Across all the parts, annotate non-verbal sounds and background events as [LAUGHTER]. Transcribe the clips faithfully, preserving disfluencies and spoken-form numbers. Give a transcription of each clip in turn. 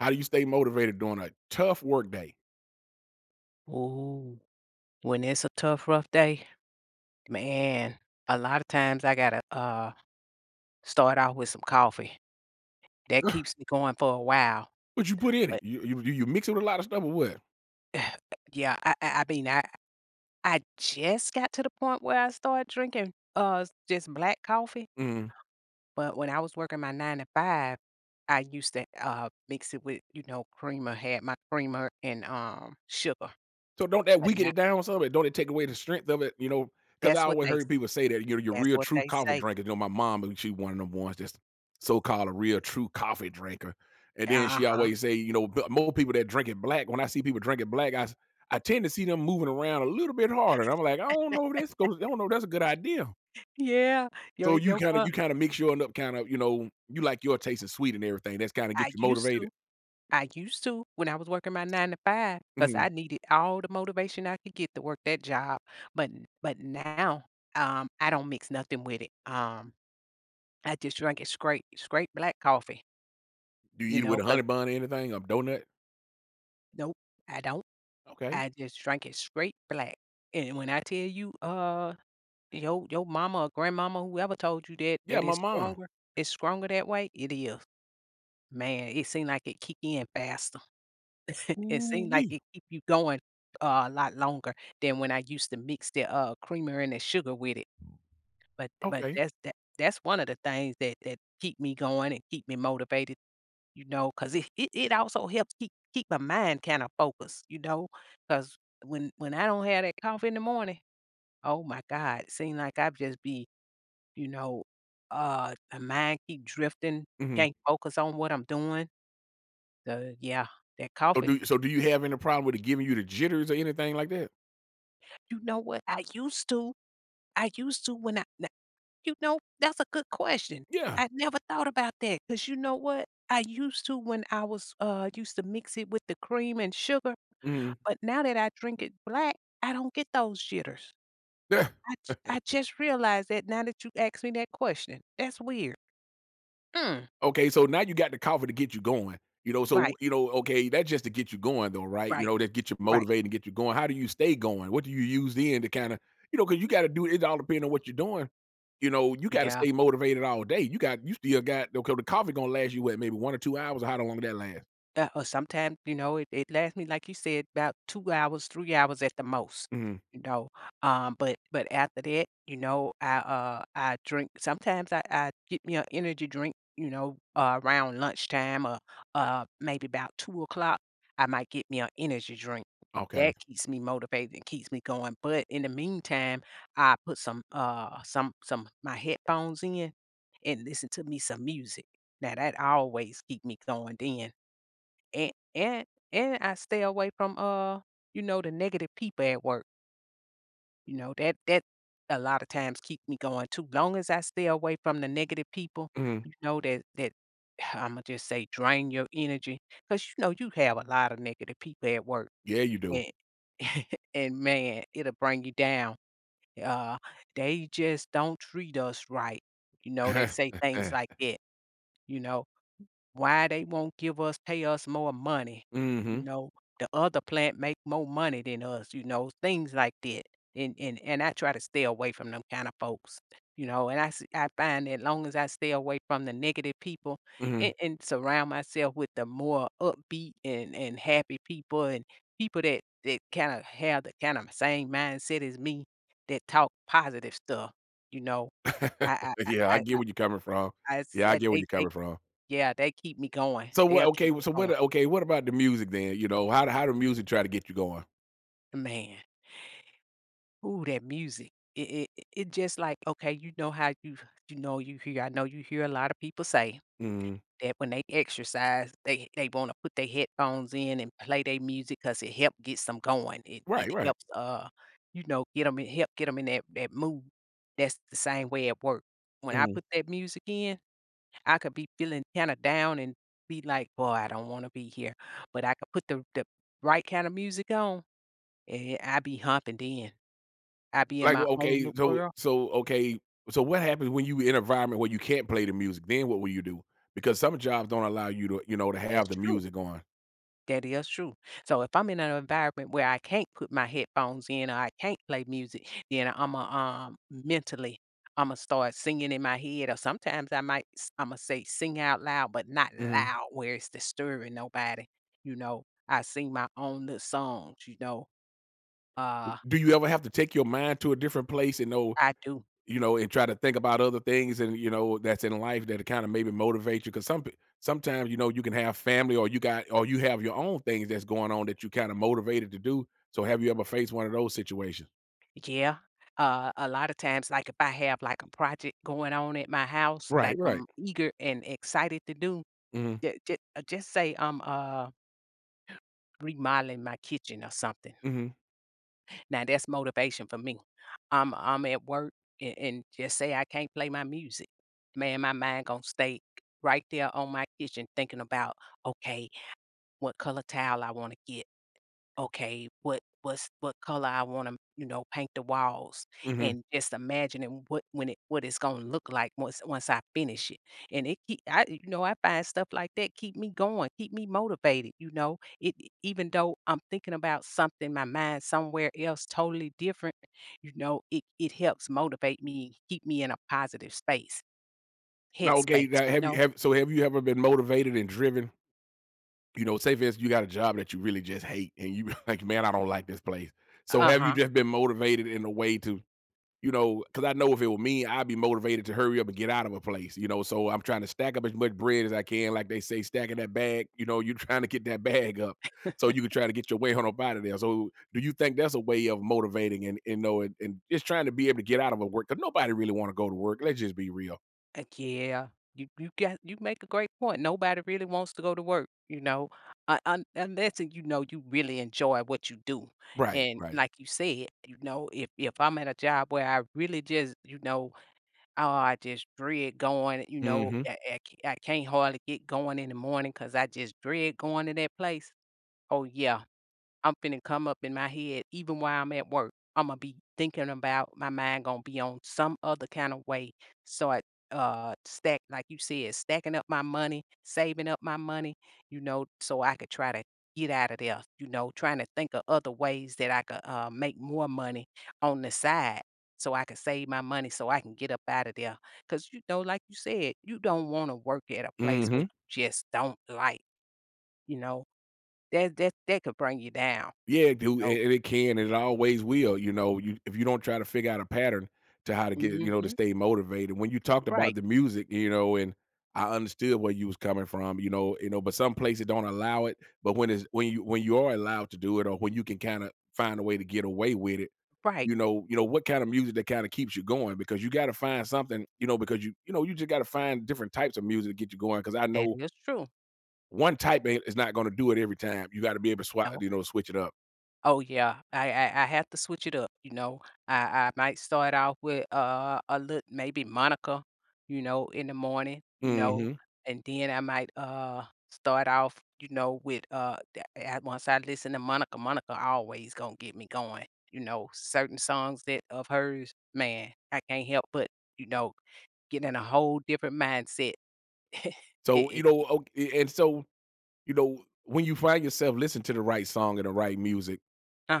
How do you stay motivated during a tough work day? Ooh, when it's a tough, rough day, man, a lot of times I gotta, uh, start out with some coffee. That Ugh. keeps me going for a while, What you put in it? but You you you you mix it with a lot of stuff or what? [SIGHS] yeah, I I I mean, I I just got to the point where I started drinking, uh, just black coffee, Mhm. but when I was working my nine to five, I used to, uh, mix it with, you know, creamer, had my creamer and, um, sugar, So don't that but weaken now it down some? Don't it take away the strength of it? You know, because I that's what always they heard people say that, you know, your that's real what true they coffee say. drinker. You know, my mom, she one of them ones that's so-called a real true coffee drinker. And then she Uh-huh. always say, you know, "But more people that drink it black. When I see people drinking black, I s- I tend to see them moving around a little bit harder. And I'm like, I don't know if that's goes, I don't know if that's a good idea. Yeah, your So you your, kinda uh you kinda mix yours up kinda, you know, you like your taste is sweet and everything, that's kinda I get you used motivated. to I used to when I was working my nine to five, cause I Mhm. needed all the motivation I could get to work that job, but n but now, um, I don't mix nothing with it, um, I just drink it straight straight black coffee, Do you you eat it with know, a cause honey bun or anything, a donut. nope, I don't, Okay. I just drink it straight black, and when I tell you, uh, your your mama or grandmama, whoever told you that Yeah, that my it's mom. stronger it's stronger that way, it is. Man, it seemed like it kick in faster. [LAUGHS] It seemed like Ooh-wee. it keep you going, uh, a lot longer than when I used to mix the, uh, creamer and the sugar with it, but but Okay. that's that that's one of the things that that keep me going and keep me motivated, you know, 'cause it it it also helps keep keep my mind kinda focused, you know, cause when when I don't have that coffee in the morning, oh my god, it seem like I just be, you know, uh, my mind keep drifting, Mhm. can't focus on what I'm doing, so yeah, that So coffee do so do you have any problem with it giving you the jitters or anything like that? you know what? I used to I used to when I n you know, that's a good question. Yeah. I never thought about that because you know what? I used to when I was, uh, used to mix it with the cream and sugar, Mhm. but now that I drink it black, I don't get those jitters. [LAUGHS] I j I just realized that now that you asked me that question. That's weird. Mm, Okay, so now you got the coffee to get you going, you know, so, right, you know, okay, that's just to get you going though, right? You right, know, that get you right. motivated and get you going. How do you stay going? What do you use then to kinda you know, 'cause you gotta do it all depending on what you're doing. You know, you gotta Yeah. stay motivated all day. You got you still got okay, the coffee gonna last you what, maybe one or two hours or how long that lasts? Uh, or sometimes, you know, it it lasts me, like you said, about two hours, three hours at the most, Mhm, you know, um, but but after that, you know, I, uh, I drink sometimes I I get me an energy drink, you know, uh, around lunchtime or, uh, maybe about two o'clock. I might get me an energy drink. okay. That keeps me motivated and keeps me going, but in the meantime, I put some, uh, some some my headphones in and listen to me some music. Now that always keep me going then. And and and I stay away from, uh, you know, the negative people at work, you know, that that a lot of times keep me going too. Long as I stay away from the negative people, Mhm. you know, that that [SIGHS] Imma just say drain your energy because you know, you have a lot of negative people at work, Yeah, you do. and [LAUGHS] and man, it'll bring you down. Uh, "They just don't treat us right," you know, they say things like [LAUGHS] that, you know? Why they won't give us pay us more money, you Mhm, know? The other plant make more money than us, you know, things like that. And and and I try to stay away from them kind of folks, you know, and I s I find that long as I stay away from the negative people mhm. and, and surround myself with the more upbeat and, and happy people and people that, that kind of have the kind of same mindset as me that talk positive stuff, you know. I [LAUGHS] I Yeah, I I I get where you're coming from. I I s Yeah, I I get where they you're they coming from. yeah, they keep me going. So They'll what? keep Okay, me so what? going. Okay, what about the music then? You know, how how the music try to get you going? Man, ooh, that music. It it it it just like, okay, you know how you you know you hear I know you hear a lot of people say Mm. that when they exercise, they they wanna put their headphones in and play their music 'cause it help gets 'em going. It it Right, right. helps, uh, you know, get them in help get them in that that mood. That's the same way at work. When I Mm. put that music in, I could be feeling kinda down and be like, "Boy, I don't wanna be here." But I could put the the right kind of music on. Yeah, I be humping then. I be in Like my own okay, little so world. so okay, so what happens when you in an environment where you can't play the music? Then what will you do? Because some jobs don't allow you to you know to That's have the true. music on. That is true. So if I'm in an environment where I can't put my headphones in or I can't play music, then I am a um, mentally, Imma start singing in my head, or sometimes I might s Imma say sing out loud, but not Mhm. loud where it's disturbing nobody, you know? I sing my own little songs, you know? Uh, Do you ever have to take your mind to a different place and know I do. you know, and try to think about other things and you know that's in life that kind of maybe motivate you. Because some sometimes you know you can have family or you got or you have your own things that's going on that you kind of motivated to do. So have you ever faced one of those situations? Yeah. Uh, a lot of times, like if I have like a project going on at my house, like Right. Right. I'm eager and excited to do, Hmm. ju- uh, just say I'm uh remodeling my kitchen or something. Hmm. Now that's motivation for me. I'm I'm at work and, and just say I can't play my music. Man, my mind gonna stay right there on my kitchen thinking about okay, what color tile I want to get, okay, what what's what color I wanna, you know, paint the walls, Hmm. and just imagining what when it what it's gonna look like once once I finish it, and it keep I you know, I find stuff like that keep me going, keep me motivated, you know? It e, even though I'm thinking about something, my mind somewhere else totally different, you know, it it helps motivate me, keep me in a positive space, Now, okay. headspace, Now, you have you know? have so have you ever been motivated and driven? You know, say for instance, you got a job that you really just hate, and you [LAUGHS] like, man, I don't like this place. So have you Uh-huh. just been motivated in a way to? You know, because I know if it were me, I'd be motivated to hurry up and get out of a place, you know. So I'm trying to stack up as much bread as I can, like they say, stacking that bag. You know, you're [LAUGHS] trying to get that bag up so you can try to get your way on up out of there. So, do you think that's a way of motivating and and know and, and just trying to be able to get out of a work? Because nobody really want to go to work. Let's just be real. Uh, yeah, you you got you make a great point. Nobody really wants to go to work, you know, uh, un unless and you know you really enjoy what you do, Right. and Right. like you said, you know, if if I'm at a job where I really just, you know, oh, I just dread going, you know, Hmm. I, I ca- I can't hardly get going in the morning because I just dread going to that place. Oh yeah, I'm finna come up in my head even while I'm at work. Imma be thinking about my mind gonna be on some other kind of way. So I uh stack like you said, stacking up my money, saving up my money, you know, so I could try to get out of there, you know, trying to think of other ways that I could uh, make more money on the side so I could save my money so I can get up out of there. Cause you know, like you said, you don't wanna work at a place where Hmm. you just don't like, you know. That that that could bring you down, Yeah, you dude, know. and it can, and it always will. You know, you if you don't try to figure out a pattern to how to get you Mm. know, to Mhm. stay motivated. When you talked Right, about the music, you know, and I understood where you was coming from, you know you know, but some places don't allow it, but when it's when you when you are allowed to do it or when you can kinda find a way to get away with it, right. you know you know, what kind of music that kinda keeps you going because you gotta find something, you know, because you you know, you just gotta find different types of music to get you going. Because I That know is true. one type ain't is not gonna do it every time. You gotta be able to swap, No. you know, switch it up. Oh, yeah. I I I have to switch it up, you know? I I might start off with, uh, a little maybe Monica, you know, in the morning, you know? Mhm. And then I might, uh, start off, you know, with, uh, the a once I listen to Monica, Monica always gonna get me going, you know? Certain songs that of hers, man, I can't help but, you know, get in a whole different mindset. [LAUGHS] It So, you it know, o and so, you know, when you find yourself listening to the right song and the right music,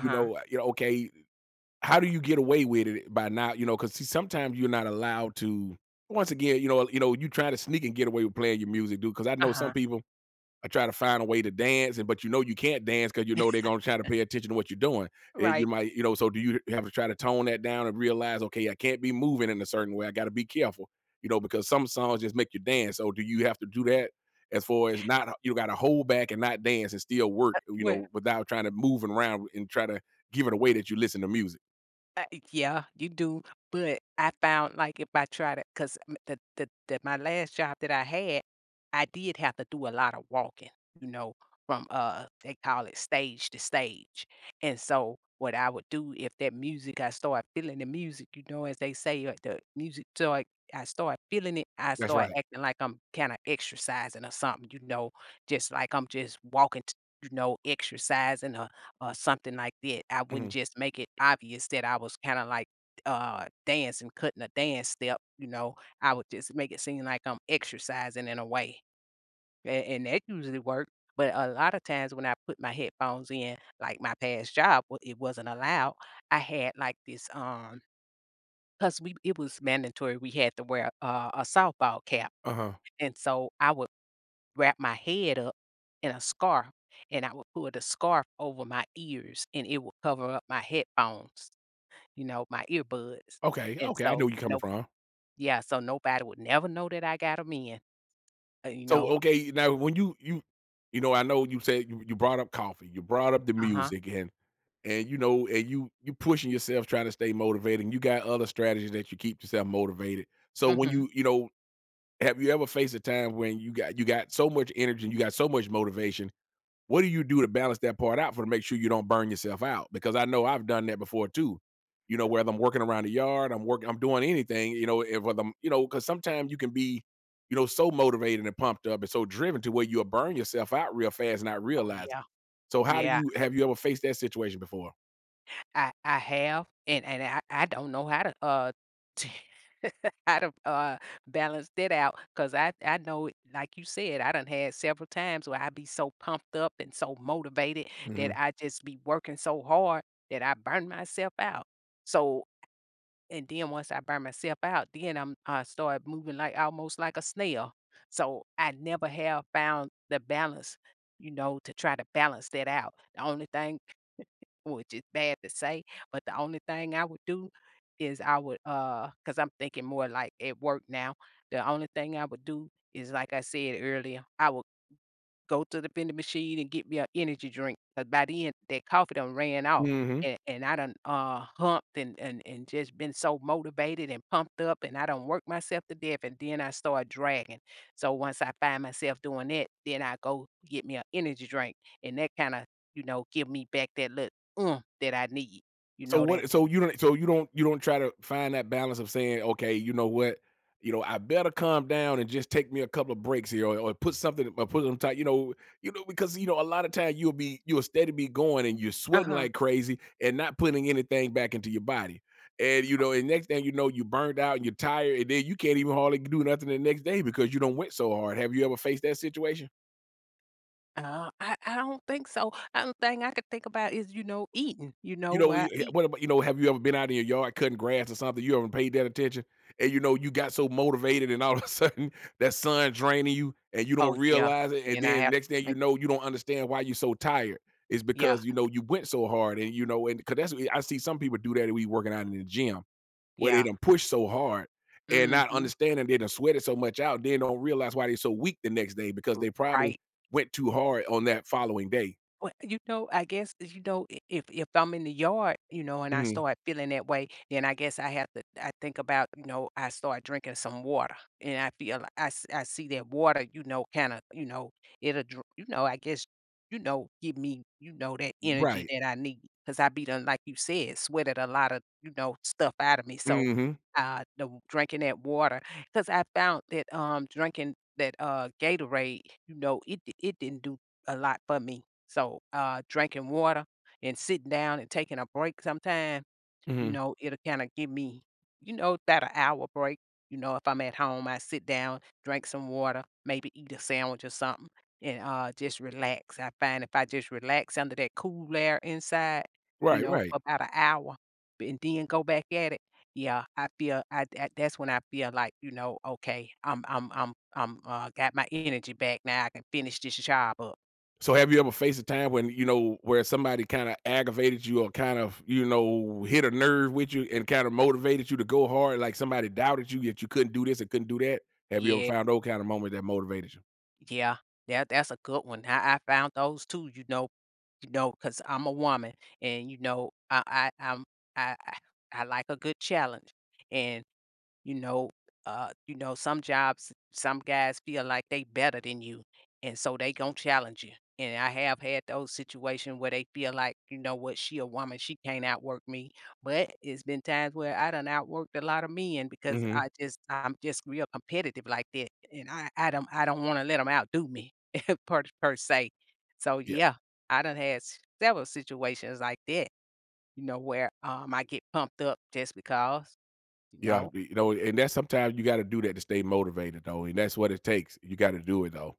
you know you know, okay, how do you get away with it by not you know, 'cause see, sometimes you're not allowed to once again, you know you know, you try to sneak and get away with playing your music, dude. Because I know uh-huh. some people I try to find a way to dance, and but you know you can't dance because you know they're gonna try to pay attention to what you're doing. And Right. you might, you know, so do you have to try to tone that down and realize, okay, I can't be moving in a certain way. I got to be careful, you know, because some songs just make you dance. So do you have to do that as far as not you got to hold back and not dance and still work, you Well, know, without trying to move around and try to give it away that you listen to music. uh, yeah, you do, but I found, like, if I try to, cause the the the my last job that I had, I did have to do a lot of walking, you know, from, uh, they call it stage to stage, and so what I would do if that music I start feeling the music, you know, as they say, uh, the music start I start feeling it, I That's start right. acting like I'm kinda exercising or something, you know, just like I'm just walking t you know, exercising or something like that. I wouldn't Mhm. just make it obvious that I was kinda like, uh, dancing, cutting a dance step, you know, I would just make it seem like I'm exercising in a way, a and that usually worked, but a lot of times when I put my headphones in, like my past job, w it wasn't allowed, I had like this, um, cause we it was mandatory, we had to wear, uh, a softball cap, Uh huh. and so I would wrap my head up in a scarf, and I would put the scarf over my ears, and it would cover up my headphones, you know, my earbuds, Okay. and Okay. I know so where you're coming no from. yeah, so nobody would never know that I got 'em in, uh, you So, know. okay, now when you you you know, I know you said you you brought up coffee, you brought up the Uh-huh. music and and, you know, and you you pushing yourself trying to stay motivated and you got other strategies that you keep yourself motivated. So when Mhm. you you know, have you ever faced a time when you got you got so much energy and you got so much motivation, what do you do to balance that part out for to make sure you don't burn yourself out? Because I know I've done that before too. You know, whether I'm working around the yard, I'm working, I'm doing anything. You know, if whether I'm, you know, because sometimes you can be, you know, so motivated and pumped up and so driven to where you'll burn yourself out real fast, not Oh, realizing yeah. it. So, how do Yeah. you have you ever faced that situation before? I I have, and and I I don't know how to, uh, [LAUGHS] how to, uh, balance that out because I I know it like you said, I done had several times where I be so pumped up and so motivated Hmm. that I just be working so hard that I burn myself out. So and then once I burn myself out, then I'm I start moving like almost like a snail. So I never have found the balance, you know, to try to balance that out. The only thing, which is bad to say, but the only thing I would do is I would, uh, because 'cause I'm thinking more like at work now, the only thing I would do is, like I said earlier, I would go to the vending machine and get me a energy drink. Cause by then, that coffee done ran off, Hmm. and and I done, uh, humped and and and just been so motivated and pumped up, and I done worked myself to death, and then I start dragging. So once I find myself doing that, then I go get me an energy drink, and that kinda, you know, give me back that look oomph that I need, you So know, that what lit. so you don't so you don't you don't try to find that balance of saying, "Okay, you know what? You know, I better calm down and just take me a couple of breaks here or, or put something or put some time, you know, you know, because you know, a lot of time you'll be you'll steady be going and you're sweating Uh-huh. like crazy and not putting anything back into your body. And you know, and next thing you know, you burned out and you're tired, and then you can't even hardly do nothing the next day because you don't went so hard. Have you ever faced that situation? Uh, I I don't think so. Only thing I could think about is, you know, eating, you know, You know, what I you yeah, eat. what about you know, have you ever been out in your yard cutting grass or something, you haven't paid that attention, and, you know, you got so motivated and all of a [LAUGHS] sudden that sun draining you and you Oh, don't yeah, realize it, and and I then have next to thing you drink. know, you don't understand why you're so tired. It's Yeah. because, you know, you went so hard and, you know, and because that's what I see some people do that we working out in the gym where they Yeah. done push so hard and not Mhm. understanding they done sweated so much out, then don't realize why they are so weak the next day because they probably Right. went too hard on that following day. Well, you know, I guess, you know, I if if I'm in the yard, you know, and I Mhm. start feeling that way, then I guess I have to I think about, you know, I start drinking some water, and I feel like I s I see that water, you know, kinda, you know, it'll dr you know, I guess, you know, give me, you know, that energy Right. that I need because I be done, like you said, sweated a lot of you know, stuff out of me, so, Mhm. uh, the drinking that water because I found that, um, drinking that, uh, Gatorade, you know, it di it didn't do a lot for me. So, uh, drinking water and sitting down and taking a break sometime, you Mhm. know, it'll kinda give me, you know, about an hour break. You know, if I'm at home, I sit down, drink some water, maybe eat a sandwich or something, and, uh, just relax. I find if I just relax under that cool air inside, you Right, know, for right. about an hour, b and then go back at it, yeah, I feel I I that's when I feel like, you know, "Okay, I'm I'm I'm I'm, uh, got my energy back now, I can finish this job up." So have you ever faced a time when, you know, where somebody kinda aggravated you or kind of, you know, hit a nerve with you and kinda motivated you to go hard, like somebody doubted you that you couldn't do this and couldn't do that? Have you ever Yeah. found those kind of moments that motivated you? Yeah, that that's a good one. I, I found those too. You know, you know, because I'm a woman, and you know, I I I'm, I I I like a good challenge, and you know, uh, you know, some jobs, some guys feel like they better than you, and so they gonna challenge you. And I have had those situations where they feel like, you know what, she a woman, she can't outwork me. But it's been times where I done outworked a lot of men because Mhm. I just I'm just real competitive like that, and I I don't I don't want to let them outdo me [LAUGHS] per per se. So Yeah, yeah, I done had s- several situations like that, you know, where um I get pumped up just because, you yeah, know. you know, and that's sometimes you gotta do that to stay motivated though, and that's what it takes. You gotta do it though.